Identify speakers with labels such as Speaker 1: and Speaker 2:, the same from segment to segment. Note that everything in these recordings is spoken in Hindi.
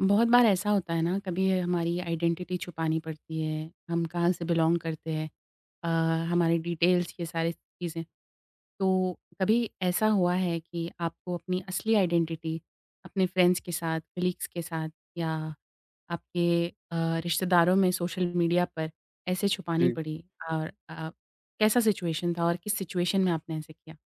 Speaker 1: बहुत बार ऐसा होता है ना, कभी हमारी आइडेंटिटी छुपानी पड़ती है हम कहाँ से बिलोंग करते हैं अ, हमारी डिटेल्स, ये सारी चीज़ें। तो कभी ऐसा हुआ है कि आपको अपनी असली आइडेंटिटी अपने फ्रेंड्स के साथ, कलीग्स के साथ, या आपके रिश्तेदारों में सोशल मीडिया पर ऐसे छुपानी
Speaker 2: जी,
Speaker 1: पड़ी? और कैसा सिचुएशन था और किस सिचुएशन में आपने ऐसे किया?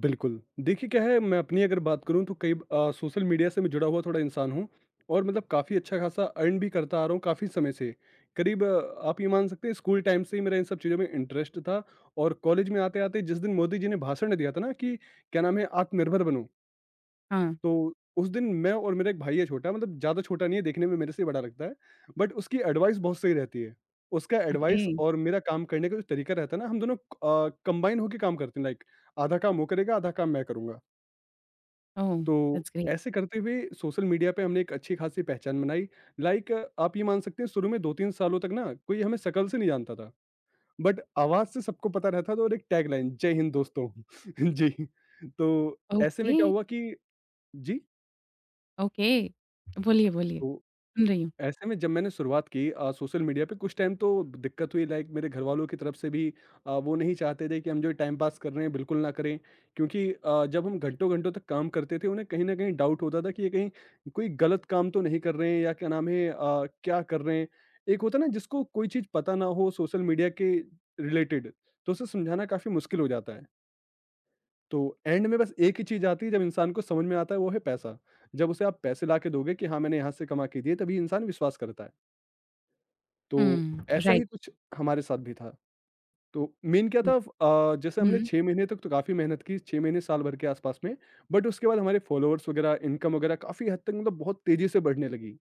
Speaker 2: बिल्कुल। देखिए क्या है, मैं अपनी अगर बात करूँ तो कई सोशल मीडिया से मैं जुड़ा हुआ थोड़ा इंसान हूँ और मतलब काफ़ी अच्छा-खासा अर्न भी करता आ रहा हूँ काफ़ी समय से। करीब आप ये मान सकते हैं स्कूल टाइम से ही मेरा इन सब चीज़ों में इंटरेस्ट था। और कॉलेज में आते-आते जिस दिन मोदी जी ने भाषण दिया था ना कि क्या नाम है, आत्मनिर्भर बनो।
Speaker 1: हाँ।
Speaker 2: तो उस दिन मैं और मेरा एक भाई है छोटा, मतलब ज़्यादा छोटा नहीं है, देखने में मेरे से ही बड़ा लगता है। बट उसकी एडवाइस बहुत सही रहती है। उसका
Speaker 1: ओके।
Speaker 2: एडवाइस और मेरा काम करने का जो तरीका रहता है ना, हम दोनों कंबाइन होके काम करते हैं। लाइक आधा काम वो करेगा, आधा काम मैं करूँगा।
Speaker 1: ओह।
Speaker 2: तो
Speaker 1: दैट्स ग्रेट।
Speaker 2: ऐसे करते हुए सोशल मीडिया पे हमने एक अच्छी खासी पहचान बनाई। लाइक आप ये मान सकते हैं शुरू में 2-3 सालों तक ना कोई हमें शकल से नहीं जानता था। बट आवाज़ से सबको पता रहता था और एक टैगलाइन जय हिंद दोस्तों। जी, तो ऐसे में
Speaker 1: ओके।
Speaker 2: क्या हुआ कि जी,
Speaker 1: ओके, बोलिए बोलिए,
Speaker 2: तो
Speaker 1: सुन रही हूँ।
Speaker 2: ऐसे में जब मैंने शुरुआत की सोशल मीडिया पे कुछ टाइम, तो दिक्कत हुई लाइक मेरे घर वालों की तरफ से भी। वो नहीं चाहते थे कि हम जो टाइम पास कर रहे हैं बिल्कुल ना करें, क्योंकि जब हम घंटों घंटों तक काम करते थे उन्हें कहीं ना कहीं डाउट होता था कि ये कहीं कोई गलत काम तो नहीं कर रहे हैं, या क्या नाम है, क्या कर रहे हैं। एक होता ना जिसको कोई चीज़ पता ना हो सोशल मीडिया के रिलेटेड, तो उसे समझाना काफ़ी मुश्किल हो जाता है। तो एंड में बस एक ही चीज़ आती है, जब इंसान को समझ में आता है वो है पैसा। जब उसे आप पैसे ला के दोगे कि हाँ मैंने यहाँ से कमा के दिए तभी इंसान विश्वास करता है। तो
Speaker 1: हुँ,
Speaker 2: ऐसा
Speaker 1: राइट।
Speaker 2: ही कुछ हमारे साथ भी था। तो मेन क्या
Speaker 1: हुँ।
Speaker 2: था, जैसे हमने
Speaker 1: हुँ।
Speaker 2: 6 महीने तक तो काफ़ी मेहनत की, 6 महीने साल भर के आसपास में। बट उसके बाद हमारे फ़ॉलोअर्स वगैरह, इनकम वगैरह काफ़ी हद तक मतलब बहुत तेज़ी से बढ़ने लगी।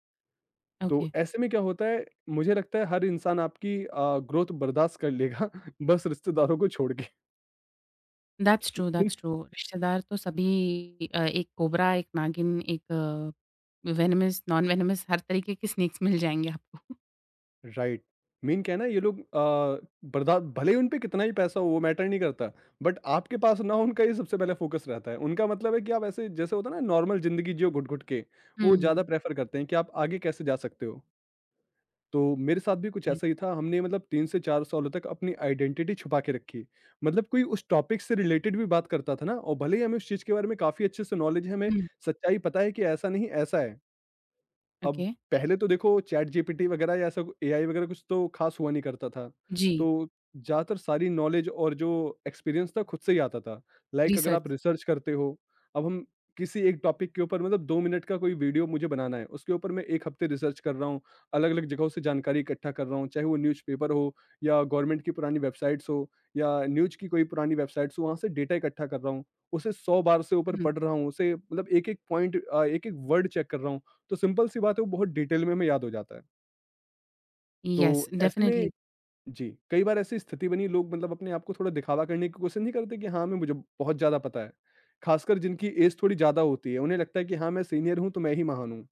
Speaker 2: तो
Speaker 1: ओके।
Speaker 2: ऐसे में क्या होता है, मुझे लगता है हर इंसान आपकी ग्रोथ बर्दाश्त कर लेगा बस रिश्तेदारों को छोड़ के।
Speaker 1: That's true, that's true. रिश्तेदार तो सभी एक कोबरा, एक नागिन, एक वेनमस, नॉन वेनमस, हर तरीके के स्नेक्स मिल जाएँगे आपको।
Speaker 2: राइट। मेन क्या है ना, ये लोग बर्दा भले ही उन पे कितना ही पैसा हो वो मैटर नहीं करता, बट आपके पास ना हो उनका ही सबसे पहले फ़ोकस रहता है। उनका मतलब है कि आप ऐसे जैसे होता है ना, नॉर्मल ज़िंदगी जियो घुट-घुट के, वो ज़्यादा
Speaker 1: हुँ,
Speaker 2: प्रेफ़र करते हैं कि आप आगे कैसे जा सकते हो। तो मेरे साथ भी कुछ
Speaker 1: राइट।
Speaker 2: ऐसा ही था, हमने मतलब 3 से 4 सालों तक अपनी आइडेंटिटी छुपा के रखी। मतलब कोई उस टॉपिक से रिलेटेड भी बात करता था ना, और भले ही हमें उस चीज़ के बारे में काफ़ी अच्छे से नॉलेज है, हमें
Speaker 1: हुँ।
Speaker 2: सच्चाई पता है कि ऐसा नहीं ऐसा है। अब
Speaker 1: ओके।
Speaker 2: पहले तो देखो चैट जीपीटी वगैरह या ऐसा एआई वगैरह कुछ तो खास हुआ नहीं करता था।
Speaker 1: जी।
Speaker 2: तो ज़्यादातर सारी नॉलेज और जो एक्सपीरियंस था खुद से ही आता था। लाइक अगर आप
Speaker 1: रिसर्च।
Speaker 2: रिसर्च करते हो, अब हम किसी एक टॉपिक के ऊपर, मतलब 2 मिनट का कोई वीडियो मुझे बनाना है, उसके ऊपर मैं 1 हफ्ते रिसर्च कर रहा हूँ, अलग-अलग जगहों से जानकारी इकट्ठा कर रहा हूँ, चाहे वो न्यूज़पेपर हो या गवर्नमेंट की पुरानी वेबसाइट्स हो या न्यूज़ की कोई पुरानी वेबसाइट्स हो, वहाँ से डेटा इकट्ठा कर रहा हूँ। उसे 100 बार से ऊपर
Speaker 1: हुँ।
Speaker 2: पढ़ रहा हूँ, उसे मतलब एक-एक पॉइंट, एक-एक वर्ड चेक कर रहा हूँ, तो सिंपल सी बात है वो बहुत डिटेल में हमें याद हो जाता है। तो
Speaker 1: येस,
Speaker 2: ऐसे
Speaker 1: डेफ़िनिटली।
Speaker 2: में जी, कई बार ऐसी स्थिति बनी लोग मतलब अपने आप को थोड़ा दिखावा करने की कोशिश नहीं करते कि हाँ, मैं मुझे बहुत ज़्यादा पता है। खासकर जिनकी एज थोड़ी ज़्यादा होती है, उन्हें लगता है कि हाँ, मैं सीनियर हूँ तो मैं ही महान हूँ।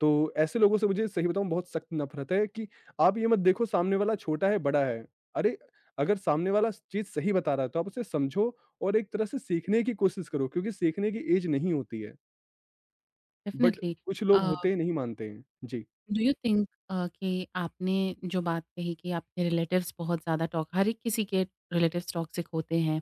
Speaker 2: तो ऐसे लोगों से मुझे सही बताऊँ बहुत सख्त नफ़रत है कि आप ये मत देखो सामने वाला छोटा है, बड़ा है। अरे! अगर सामने वाला चीज़ सही बता रहा है तो आप उसे समझो और एक तरह से सीखने की कोशिश करो, क्योंकि सीखने की एज नहीं होती है। But
Speaker 1: definitely.
Speaker 2: कुछ
Speaker 1: अ,
Speaker 2: लोग होते हैं नहीं मानते हैं। जी,
Speaker 1: डू यू थिंक कि आपने जो बात कही कि आपके रिलेटिव्स बहुत ज़्यादा टॉक, हर एक किसी के रिलेटिव्स टॉक्सिक होते हैं।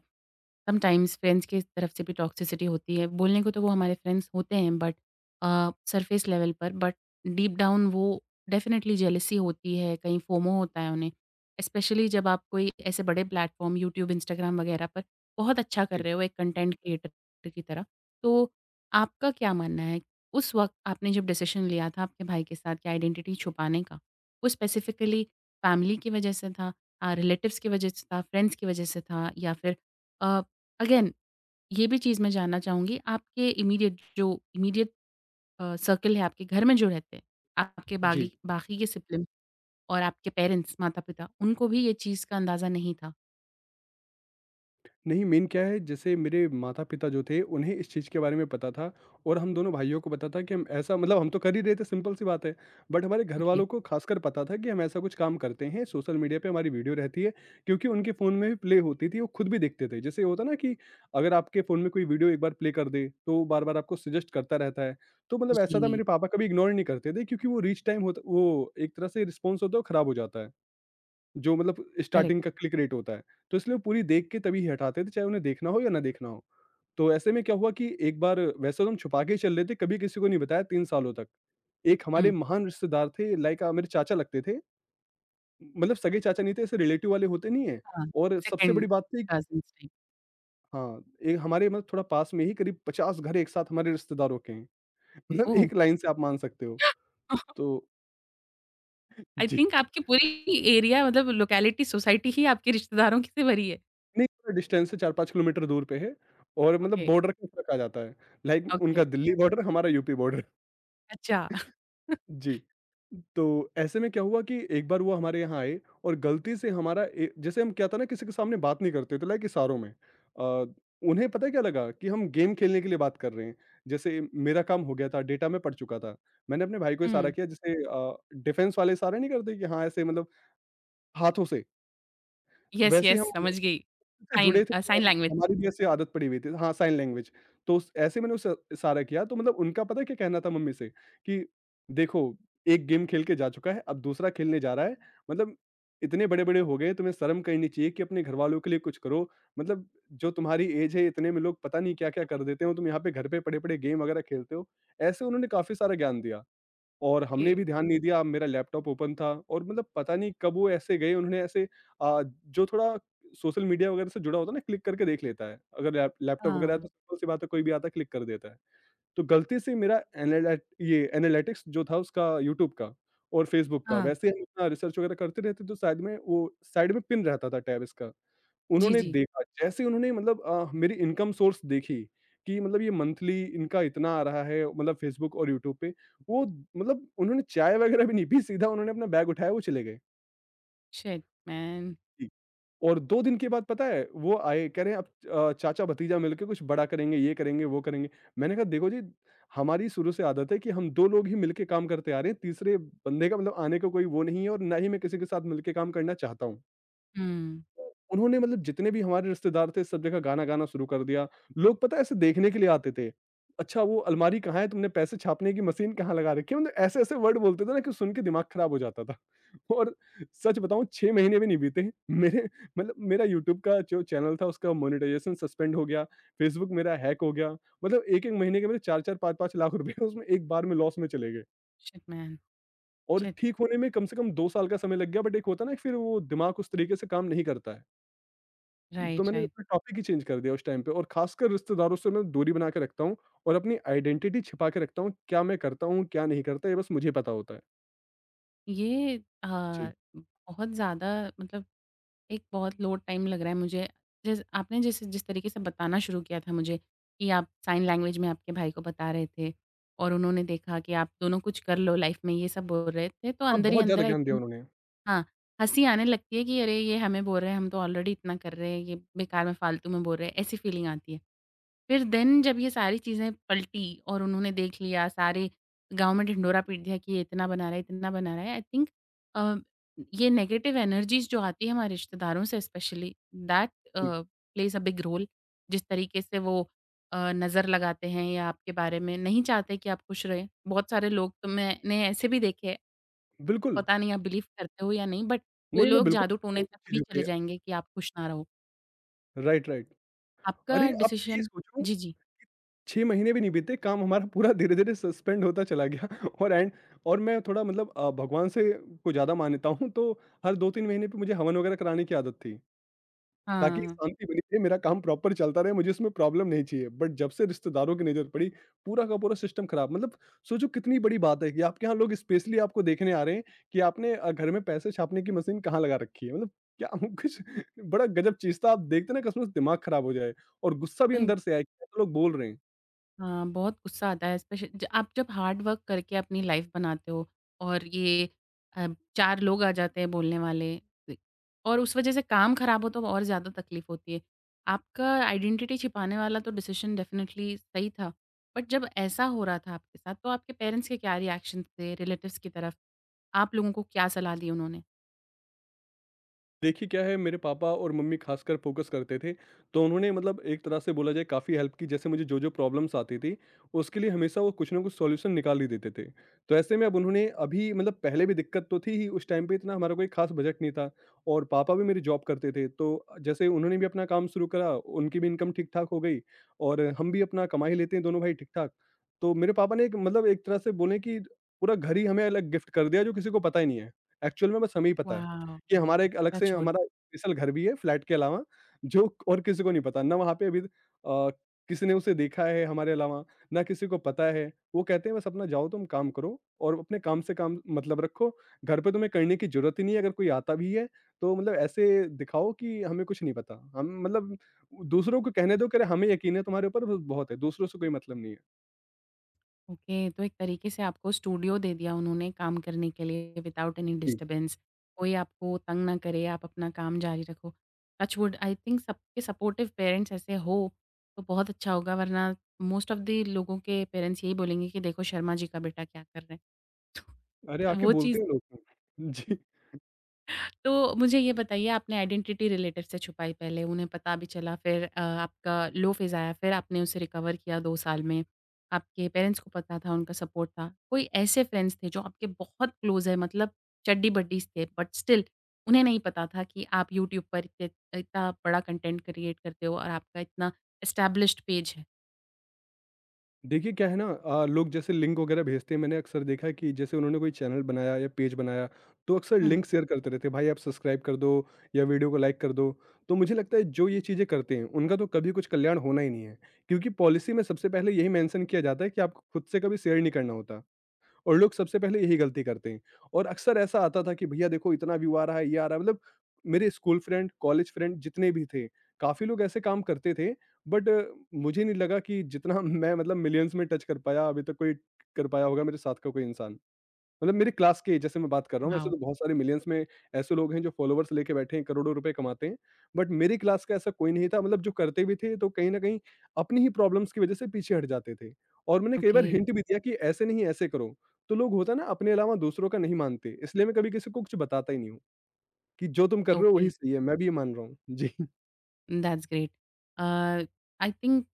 Speaker 1: समटाइम्स फ्रेंड्स की तरफ से भी टॉक्सिसिटी होती है। बोलने को तो वो हमारे फ्रेंड्स होते हैं बट सरफेस लेवल पर, बट डीप डाउन वो डेफ़िनेटली जेलसी होती है, कहीं फोमो होता है उन्हें। स्पेशली जब आप कोई ऐसे बड़े प्लेटफ़ॉर्म, यूट्यूब, इंस्टाग्राम वग़ैरह पर बहुत अच्छा कर
Speaker 2: जी,
Speaker 1: रहे हो एक कंटेंट क्रिएटर की तरह। तो आपका क्या मानना है? उस वक़्त आपने जब डिसीज़न लिया था आपके भाई के साथ कि आइडेंटिटी छुपाने का, वो स्पेसिफ़िकली फैमिली की वज़ह से था, रिलेटिव्स की वज़ह से था, फ्रेंड्स की वज़ह से था, या फिर अ अगेन ये भी चीज़ मैं जानना चाहूँगी, आपके इमीडिएट, जो इमीडिएट सर्कल है आपके घर में जो रहते हैं, आपके बागी
Speaker 2: जी।
Speaker 1: बाकी के सिबलिंग और आपके पेरेंट्स, माता-पिता, उनको भी ये चीज़ का अंदाज़ा नहीं था?
Speaker 2: नहीं, मेन क्या है, जैसे मेरे माता-पिता जो थे उन्हें इस चीज़ के बारे में पता था और हम दोनों भाइयों को पता था कि हम ऐसा, मतलब हम तो कर ही रहे थे, सिंपल सी बात है। बट हमारे
Speaker 1: ओके।
Speaker 2: घरवालों को ख़ासकर पता था कि हम ऐसा कुछ काम करते हैं, सोशल मीडिया पे हमारी वीडियो रहती है, क्योंकि उनके फ़ोन में भी प्ले होती थी, वो खुद भी देखते थे। जैसे होता ना कि अगर आपके फ़ोन में कोई वीडियो एक बार प्ले कर दे, तो वो बार-बार आपको सजेस्ट करता रहता है। तो मतलब ऐसा था
Speaker 1: जी।
Speaker 2: मेरे पापा कभी इग्नोर नहीं करते थे, क्योंकि वो रीच टाइम होता वो एक तरह से रिस्पॉन्स होता है, वो ख़राब हो जाता है। जो मतलब
Speaker 1: करेक्ट।
Speaker 2: स्टार्टिंग का क्लिक रेट होता है, तो इसलिए वो पूरी देख के तभी हटाते थे, चाहे उन्हें देखना हो या ना देखना हो। तो ऐसे में क्या हुआ कि एक बार, वैसे तो हम छुपा के ही चल रहे थे, कभी किसी को नहीं बताया 3 सालों तक। एक हमारे
Speaker 1: हुँ।
Speaker 2: महान रिश्तेदार थे, लाइक मेरे चाचा लगते थे, मतलब सगे चाचा नहीं थे, ऐसे रिलेटिव वाले, होते नहीं हैं
Speaker 1: हाँ।
Speaker 2: और सबसे
Speaker 1: सेकंड
Speaker 2: बड़ी बात थी
Speaker 1: कज़िन्स टाइप।
Speaker 2: हाँ, एक हमारे मतलब थोड़ा पास में ही करीब 50 घर एक साथ हमारे रिश्तेदारों के हैं। मतलब
Speaker 1: ओह!
Speaker 2: एक लाइन से आप मान सकते हो। तो
Speaker 1: आई
Speaker 2: जी।
Speaker 1: थिंक आपकी पूरी एरिया, मतलब लोकेलिटी, सोसाइटी ही आपके रिश्तेदारों की से भरी है।
Speaker 2: नहीं, थोड़ा डिस्टेंस है, 4-5 किलोमीटर दूर पे है और मतलब
Speaker 1: ओके।
Speaker 2: बॉर्डर के ऊपर कहा जाता है। Like
Speaker 1: okay.
Speaker 2: उनका दिल्ली बॉर्डर, हमारा यूपी बॉर्डर।
Speaker 1: अच्छा।
Speaker 2: जी। तो ऐसे में क्या हुआ कि एक बार वो हमारे यहाँ आए और गलती से हमारा ए जैसे हम क्या था ना किसी के सामने बात नहीं करते थे, लाइक इशारों में। उन्हें पता है क्या लगा कि हम गेम खेलने के लिए बात कर रहे हैं। जैसे मेरा काम हो गया था, डेटा मैं पढ़ चुका था। मैंने अपने भाई को इशारा
Speaker 1: हुँ।
Speaker 2: किया, जैसे डिफेंस वाले इशारे नहीं करते कि हाँ, ऐसे मतलब हाथों से,
Speaker 1: येस,
Speaker 2: वैसे ही
Speaker 1: येस,
Speaker 2: हम
Speaker 1: समझ गई।
Speaker 2: से जुड़े
Speaker 1: साइन
Speaker 2: थे
Speaker 1: अ,
Speaker 2: तो
Speaker 1: साइन
Speaker 2: हम
Speaker 1: लैंग्वेज से।
Speaker 2: हमारी भी ऐसे आदत पड़ी हुई थी हाँ, साइन लैंग्वेज। तो उस ऐसे मैंने उसे इशारा किया, तो मतलब उनका पता है क्या कहना था मम्मी से कि देखो एक गेम खेल के जा चुका है, अब दूसरा खेलने जा रहा है। मतलब इतने बड़े-बड़े हो गए, तुम्हें शर्म करनी चाहिए कि अपने घरवालों के लिए कुछ करो। मतलब जो तुम्हारी ऐज है इतने में लोग पता नहीं क्या-क्या कर देते हो, तुम यहाँ पे घर पे पड़े-पड़े गेम वगैरह खेलते हो। ऐसे उन्होंने काफ़ी सारा ज्ञान दिया। और
Speaker 1: ओके।
Speaker 2: हमने भी ध्यान नहीं दिया, मेरा लैपटॉप ओपन था और मतलब पता नहीं कब वो ऐसे गए, उन्होंने ऐसे जो थोड़ा सोशल मीडिया वगैरह से जुड़ा होता है ना, क्लिक करके देख लेता है। अगर लैपटॉप वगैरह है
Speaker 1: हाँ।
Speaker 2: तो सिंपल सी बात है, कोई भी आता है क्लिक कर देता है। तो गलती से मेरा एनालैट ये एनालिटिक्स जो था उसका यूट्यूब का और फेसबुक का,
Speaker 1: हाँ।
Speaker 2: वैसे हम अपना रिसर्च वगैरह करते रहते तो साइड में वो साइड में पिन रहता था टैब इसका।
Speaker 1: जी,
Speaker 2: उन्होंने
Speaker 1: जी।
Speaker 2: देखा, जैसे उन्होंने मतलब मेरी इनकम सोर्स देखी कि मतलब ये मंथली इनका इतना आ रहा है मतलब फेसबुक और यूट्यूब पे, वो मतलब उन्होंने चाय वगैरह भी नहीं पी, सीधा उन्होंने अपना बैग उठाया वो चले गए।
Speaker 1: Shit man!
Speaker 2: जी। और 2 दिन के बाद पता है वो आए कह रहे हैं, अब चाचा-भतीजा मिलके कुछ बड़ा करेंगे, ये करेंगे, वो करेंगे। मैंने कहा देखो जी, हमारी शुरू से आदत है कि हम 2 लोग ही मिलके काम करते आ रहे हैं, तीसरे बंदे का मतलब आने का कोई वो नहीं है और ना ही मैं किसी के साथ मिलके काम करना चाहता हूँ।
Speaker 1: हुँ।
Speaker 2: उन्होंने मतलब जितने भी हमारे रिश्तेदार थे सब जगह गाना गाना शुरू कर दिया। लोग पता है ऐसे देखने के लिए आते थे। अच्छा वो अलमारी कहाँ है? तुमने पैसे छापने की मशीन कहाँ लगा रखी है? मतलब ऐसे-ऐसे वर्ड बोलते थे ना कि सुन के दिमाग खराब हो जाता था। और सच बताऊँ 6 महीने भी नहीं बीते मेरे मतलब मेरा यूट्यूब का जो चैनल था उसका मोनेटाइजेशन सस्पेंड हो गया, फेसबुक मेरा हैक हो गया। मतलब 1-1 महीने के मेरे 4-4 5-5 लाख रुपए उसमें एक बार में लॉस में चले गए।
Speaker 1: Shit man!
Speaker 2: और
Speaker 1: शिट!
Speaker 2: ठीक होने में कम से कम 2 साल का समय लग गया, बट एक होता है ना फिर वो दिमाग उस तरीके से काम नहीं करता है। तो
Speaker 1: राइट,
Speaker 2: मैंने
Speaker 1: राइट।
Speaker 2: अपना टॉपिक ही चेंज कर दिया उस टाइम पे, और खासकर रिश्तेदारों से मैं दूरी बना के रखता हूँ और अपनी आइडेंटिटी छिपा के रखता हूँ। क्या मैं करता हूँ, क्या नहीं करता, ये बस मुझे पता होता है।
Speaker 1: ये
Speaker 2: जी।
Speaker 1: बहुत ज़्यादा, मतलब एक बहुत लो टाइम लग रहा है मुझे। जैसे जिस तरीके से बताना शुरू किया था मुझे कि आप साइन लैंग्वेज में आपके भाई को बता रहे थे और उन्होंने देखा कि आप दोनों कुछ कर लो लाइफ़ में, ये सब बोल रहे थे, तो
Speaker 2: हाँ,
Speaker 1: अंदर ही
Speaker 2: बहुत ज़्यादा
Speaker 1: अंदर आई
Speaker 2: ज्ञान दिया
Speaker 1: थिंक
Speaker 2: उन्होंने।
Speaker 1: हाँ, हँसी आने लगती है कि अरे! ये हमें बोल रहे हैं, हम तो ऑलरेडी इतना कर रहे हैं, ये बेकार में फ़ालतू में बोल रहे हैं, ऐसी फीलिंग आती है। फिर देन जब ये सारी चीज़ें पलटी और उन्होंने देख लिया, सारे गाँव में ढिढोरा पीट दिया कि ये इतना बना रहा है, इतना बना रहा है। आई थिंक अ, ये नेगेटिव एनर्जीज़ जो आती है हमारे रिश्तेदारों से स्पेशली, दैट
Speaker 2: जी,
Speaker 1: प्लेज़ अ बिग रोल। जिस तरीके से वो नज़र लगाते हैं या आपके बारे में नहीं चाहते कि आप खुश रहें। बहुत सारे लोग तो मैंने ऐसे भी देखे हैं,
Speaker 2: बिल्कुल।
Speaker 1: पता नहीं आप बिलीव करते हो या नहीं, बट वो
Speaker 2: नहीं, मैं
Speaker 1: लोग
Speaker 2: बिल्कुल
Speaker 1: जादू टोने
Speaker 2: उन सब
Speaker 1: तक भी
Speaker 2: चीज़ों पे
Speaker 1: चले जाएँगे कि आप खुश ना रहो।
Speaker 2: Right, right. अरे,
Speaker 1: आपका
Speaker 2: आप ये
Speaker 1: डिसीज़न।
Speaker 2: सोचो,
Speaker 1: जी, जी।
Speaker 2: 6 महीने भी नहीं बीते, काम हमारा पूरा धीरे-धीरे सस्पेंड होता चला गया और एंड और मैं थोड़ा मतलब भगवान से को ज़्यादा मानता हूँ, तो हर 2-3 महीने पे मुझे हवन वगैरह कराने की आदत थी। ताकि
Speaker 1: हाँ।
Speaker 2: शांति बनी रहे, मेरा काम प्रॉपर चलता रहे, मुझे इसमें प्रॉब्लम नहीं चाहिए। बट जब से रिश्तेदारों की नज़र पड़ी, पूरा का पूरा सिस्टम खराब। मतलब सोचो कितनी बड़ी बात है कि आपके यहाँ लोग स्पेशली आपको देखने आ रहे हैं कि आपने घर में पैसे छापने की मशीन कहाँ लगा रखी है। मतलब क्या कुछ बड़ा गजब चीज़ था। आप देखते ना कसम से दिमाग खराब हो जाए और गुस्सा भी अंदर से आए, क्या लोग बोल रहे हैं।
Speaker 1: हाँ, बहुत गुस्सा आता है स्पेशल, ज आप जब हार्ड वर्क करके अपनी लाइफ़ बनाते हो और ये अ, 4 लोग आ जाते हैं बोलने वाले, इ और उस वजह से काम खराब हो तो और ज़्यादा तकलीफ़ होती है। आपका आइडेंटिटी छिपाने वाला तो डिसीज़न डेफ़िनिटली सही था। बट जब ऐसा हो रहा था आपके साथ, तो आपके पेरेंट्स के क्या रिएक्शन थे रिलेटिव्स की तरफ? आप लोगों को क्या सलाह दी उन्होंने?
Speaker 2: देखिए क्या है, मेरे पापा और मम्मी खासकर फोकस करते थे, तो उन्होंने मतलब एक तरह से बोला जाए काफ़ी हेल्प की। जैसे मुझे जो जो प्रॉब्लम्स आती थी उसके लिए हमेशा वो कुछ ना कुछ सॉल्यूशन निकाल ही देते थे। तो ऐसे में अब उन्होंने अभी मतलब पहले भी दिक्कत तो थी ही, उस टाइम पे इतना हमारा कोई खास बजट नहीं था और पापा भी मेरी जॉब करते थे। तो जैसे उन्होंने भी अपना काम शुरू करा, उनकी भी इनकम ठीक ठाक हो गई और हम भी अपना कमा ही लेते हैं दोनों भाई ठीक ठाक। तो मेरे पापा ने एक मतलब एक तरह से बोले कि पूरा घर ही हमें अलग गिफ्ट कर दिया, जो किसी को पता ही नहीं है। एक्चुअल में बस हमें ही पता है
Speaker 1: वाओ!
Speaker 2: कि हमारा एक अलग से
Speaker 1: टच वुड।
Speaker 2: हमारा स्पेशल घर भी है फ्लैट के अलावा, जो और किसी को नहीं पता। ना वहाँ पे अभी किसी ने उसे देखा है हमारे अलावा, ना किसी को पता है। वो कहते हैं बस अपना जाओ तुम काम करो और अपने काम से काम मतलब रखो। घर पे तुम्हें करने की ज़रूरत ही नहीं है, अगर कोई आता भी है तो मतलब ऐसे दिखाओ कि हमें कुछ नहीं पता। हम मतलब दूसरों को कहने दो कि अरे, हमें यकीन है तुम्हारे ऊपर बस बहुत है, दूसरों से कोई मतलब नहीं है।
Speaker 1: ओके, तो एक तरीके से आपको स्टूडियो दे दिया उन्होंने काम करने के लिए विदाउट एनी
Speaker 2: जी।
Speaker 1: डिस्टर्बेंस, कोई आपको तंग ना करे, आप अपना काम जारी रखो। टच वुड, आई थिंक सबके सपोर्टिव पेरेंट्स ऐसे हो, तो बहुत अच्छा होगा, वरना मोस्ट ऑफ द लोगों के पेरेंट्स यही बोलेंगे कि देखो शर्मा जी का बेटा क्या कर रहे हैं।
Speaker 2: अरे
Speaker 1: तो
Speaker 2: आके
Speaker 1: वो
Speaker 2: बोलते
Speaker 1: चीज़।
Speaker 2: हैं लोग। जी।
Speaker 1: तो मुझे ये बताइए, आपने आइडेंटिटी रिलेटिव से छुपाई पहले, उन्हें पता भी चला, फिर आपका लो फ़ेज़ आया, फिर आपने उसे रिकवर किया 2 साल में। आपके पेरेंट्स को पता था, उनका सपोर्ट था। कोई ऐसे फ्रेंड्स थे जो आपके बहुत क्लोज़ है, मतलब चड्डी-बड्डीज़ थे, बट स्टिल उन्हें नहीं पता था कि आप यूट्यूब पर इत इतना बड़ा कंटेंट क्रिएट करते हो और आपका इतना एस्टेब्लिश्ड पेज है?
Speaker 2: देखिए क्या है ना लोग जैसे लिंक वगैरह भेजते हैं। मैंने अक्सर देखा है कि जैसे उन्होंने कोई चैनल बनाया या पेज बनाया तो अक्सर
Speaker 1: हुँ।
Speaker 2: लिंक शेयर करते रहते हैं, भाई आप सब्सक्राइब कर दो या वीडियो को लाइक कर दो। तो मुझे लगता है जो ये चीज़ें करते हैं उनका तो कभी कुछ कल्याण होना ही नहीं है, क्योंकि पॉलिसी में सबसे पहले यही मेंशन किया जाता है कि आपको खुद से कभी शेयर नहीं करना होता, और लोग सबसे पहले यही गलती करते हैं। और अक्सर ऐसा आता था कि भैया देखो इतना व्यू आ रहा है, ये आ रहा है। मतलब मेरे स्कूल फ्रेंड, कॉलेज फ्रेंड जितने भी थे, काफ़ी लोग ऐसे काम करते थे, बट मुझे नहीं लगा कि जितना मैं मतलब मिलियंस में टच कर पाया, अभी तक कोई कर पाया होगा मेरे साथ का कोई इंसान। मतलब मेरी क्लास के जैसे मैं बात कर रहा हूँ, वैसे
Speaker 1: वाओ!
Speaker 2: तो बहुत सारे मिलियंस में ऐसे लोग हैं जो फॉलोवर्स लेके बैठे हैं, करोड़ों रुपए कमाते हैं। बट मेरी क्लास का ऐसा कोई नहीं था। मतलब जो करते भी थे तो कहीं न कहीं अपनी ही प्रॉब्लम्स की वजह से पीछे हट जाते थे। और मैंने कई
Speaker 1: ओके।
Speaker 2: बार हिंट भी दिया कि ऐसे नहीं ऐसे करो, तो लोग होता है ना अपने अलावा दूसरों का नहीं मानते, इसलिए मैं कभी किसी को कुछ बताता ही नहीं हूँ, कि जो तुम कर रहे हो
Speaker 1: ओके,
Speaker 2: वही सही है, मैं भी ये मान रहा हूँ। जी।
Speaker 1: That's great. Uh, I think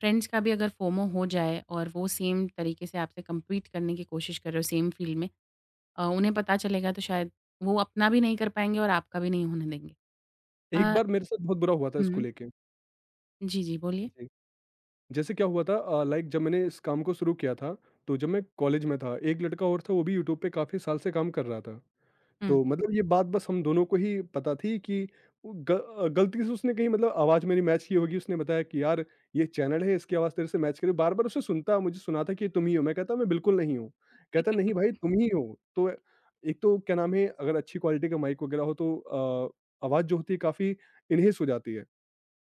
Speaker 1: friends का भी अगर फोमो हो जाए और वो सेम तरीके से आपसे कम्पीट करने की कोशिश कर रहे हो सेम फील्ड में, उन्हें पता चलेगा तो शायद वो अपना भी नहीं कर पाएँगे और आपका भी नहीं होने देंगे।
Speaker 2: एक
Speaker 1: अ,
Speaker 2: बार मेरे साथ बहुत बुरा हुआ था इसको
Speaker 1: हुँ।
Speaker 2: लेके।
Speaker 1: जी, जी, बोलिए।
Speaker 2: जी। जैसे क्या हुआ था, लाइक जब मैंने इस काम को शुरू किया था, तो जब मैं कॉलेज में था एक लड़का और था, वो भी यूट्यूब पे काफ़ी साल से काम कर रहा था।
Speaker 1: हुँ।
Speaker 2: तो मतलब ये बात बस हम दोनों को ही पता थी, कि वो गलती से उसने कहीं मतलब आवाज़ मेरी मैच की होगी। उसने बताया कि यार, ये चैनल है इसकी आवाज़ तेरे से मैच करे, बार बार उसे सुनता मुझे सुनाता कि ये तुम ही हो, मैं कहता मैं बिल्कुल नहीं हूँ, कहता नहीं भाई तुम ही हो। तो एक तो क्या नाम है, अगर अच्छी क्वालिटी का माइक वगैरह हो तो आवाज़ जो होती है काफ़ी इनहेस हो जाती है।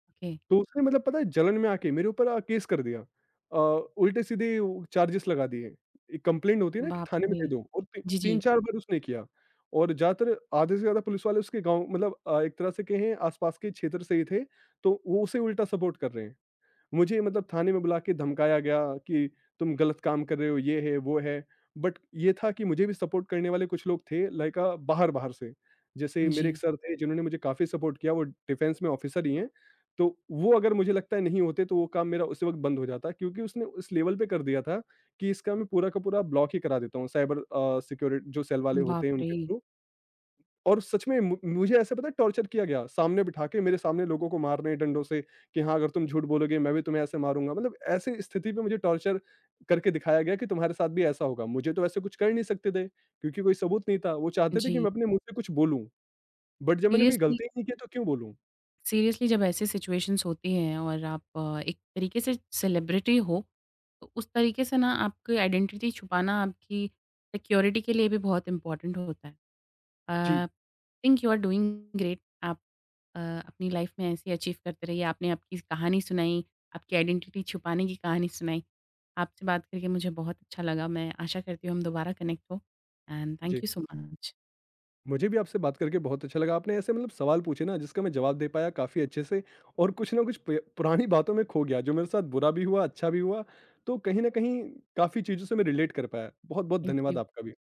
Speaker 1: ओके।
Speaker 2: तो उसने मतलब पता है जलन में आके मेरे ऊपर केस कर दिया। अ, उल्टे-सीधे वो चार्जेस लगा दिए। एक कंप्लेंट होती है ना कि
Speaker 1: बाप
Speaker 2: थाने में
Speaker 1: रे!
Speaker 2: दे दो, और ती
Speaker 1: जी, जी।
Speaker 2: 3-4 बार उसने किया। और ज़्यादातर आधे से ज़्यादा पुलिस वाले उसके गाँव मतलब एक तरह से कहें आस-पास के क्षेत्र से ही थे, तो वो उसे उल्टा सपोर्ट कर रहे हैं। मुझे मतलब थाने में बुला के धमकाया गया कि तुम गलत काम कर रहे हो, ये है, वो है। बट ये था कि मुझे भी सपोर्ट करने वाले कुछ लोग थे, लाइक बाहर-बाहर से। जैसे मेरे एक
Speaker 1: जी।
Speaker 2: सर थे जिन्होंने मुझे काफ़ी सपोर्ट किया, वो डिफेंस में ऑफिसर ही हैं। तो वो अगर मुझे लगता है नहीं होते तो वो काम मेरा उसी वक़्त बंद हो जाता, क्योंकि उसने उस लेवल पे कर दिया था कि इसका मैं पूरा का पूरा ब्लॉक ही करा देता हूँ साइबर अ, सिक्योरि जो सेल वाले
Speaker 1: बाप
Speaker 2: होते हैं
Speaker 1: रे!
Speaker 2: उनके थ्रू। और सच में मु मुझे ऐसा पता है टॉर्चर किया गया, सामने बिठा के मेरे सामने लोगों को मार रहे हैं डंडों से कि हाँ, अगर तुम झूठ बोलोगे मैं भी तुम्हें ऐसे मारूँगा। मतलब ऐसी स्थिति पे मुझे टॉर्चर करके दिखाया गया कि तुम्हारे साथ भी ऐसा होगा। मुझे तो ऐसे कुछ कर ही नहीं सकते थे क्योंकि कोई सबूत नहीं था। वो चाहते थे कि
Speaker 1: जी।
Speaker 2: मैं अपने मुँह से कुछ बोलूँ, बट जब मैंने कोई
Speaker 1: सीरियसली।
Speaker 2: गलती ही नहीं की तो क्यों बोलूँ?
Speaker 1: सीरियसली जब ऐसी सिचुएशंस होती हैं और आप एक तरीके से सेलिब्रिटी हो, तो उस तरीके से ना आपकी आइडेंटिटी छुपाना आपकी सिक्योरिटी के लिए भी बहुत इम्पोर्टेंट होता है।
Speaker 2: जी।
Speaker 1: Think you are doing great. आप अपनी लाइफ में ऐसे अचीव करते रहिए। आपने आपकी कहानी सुनाई, आपकी आइडेंटिटी छुपाने की कहानी सुनाई। आपसे बात करके मुझे बहुत अच्छा लगा। मैं आशा करती हूँ हम दोबारा कनेक्ट हो। And thank you so much.
Speaker 2: मुझे भी आपसे बात करके बहुत अच्छा लगा। आपने ऐसे मतलब सवाल पूछे ना जिसका मैं जवाब दे पाया काफ़ी अच्छे से, और कुछ ना कुछ प पुरानी बातों में खो गया जो मेरे साथ बुरा भी हुआ, अच्छा भी हुआ। तो कहीं न कहीं काफ़ी चीज़ों से मैं रिलेट कर पाया। बहुत-बहुत
Speaker 1: थैंक
Speaker 2: धन्यवाद
Speaker 1: यू।
Speaker 2: आपका भी।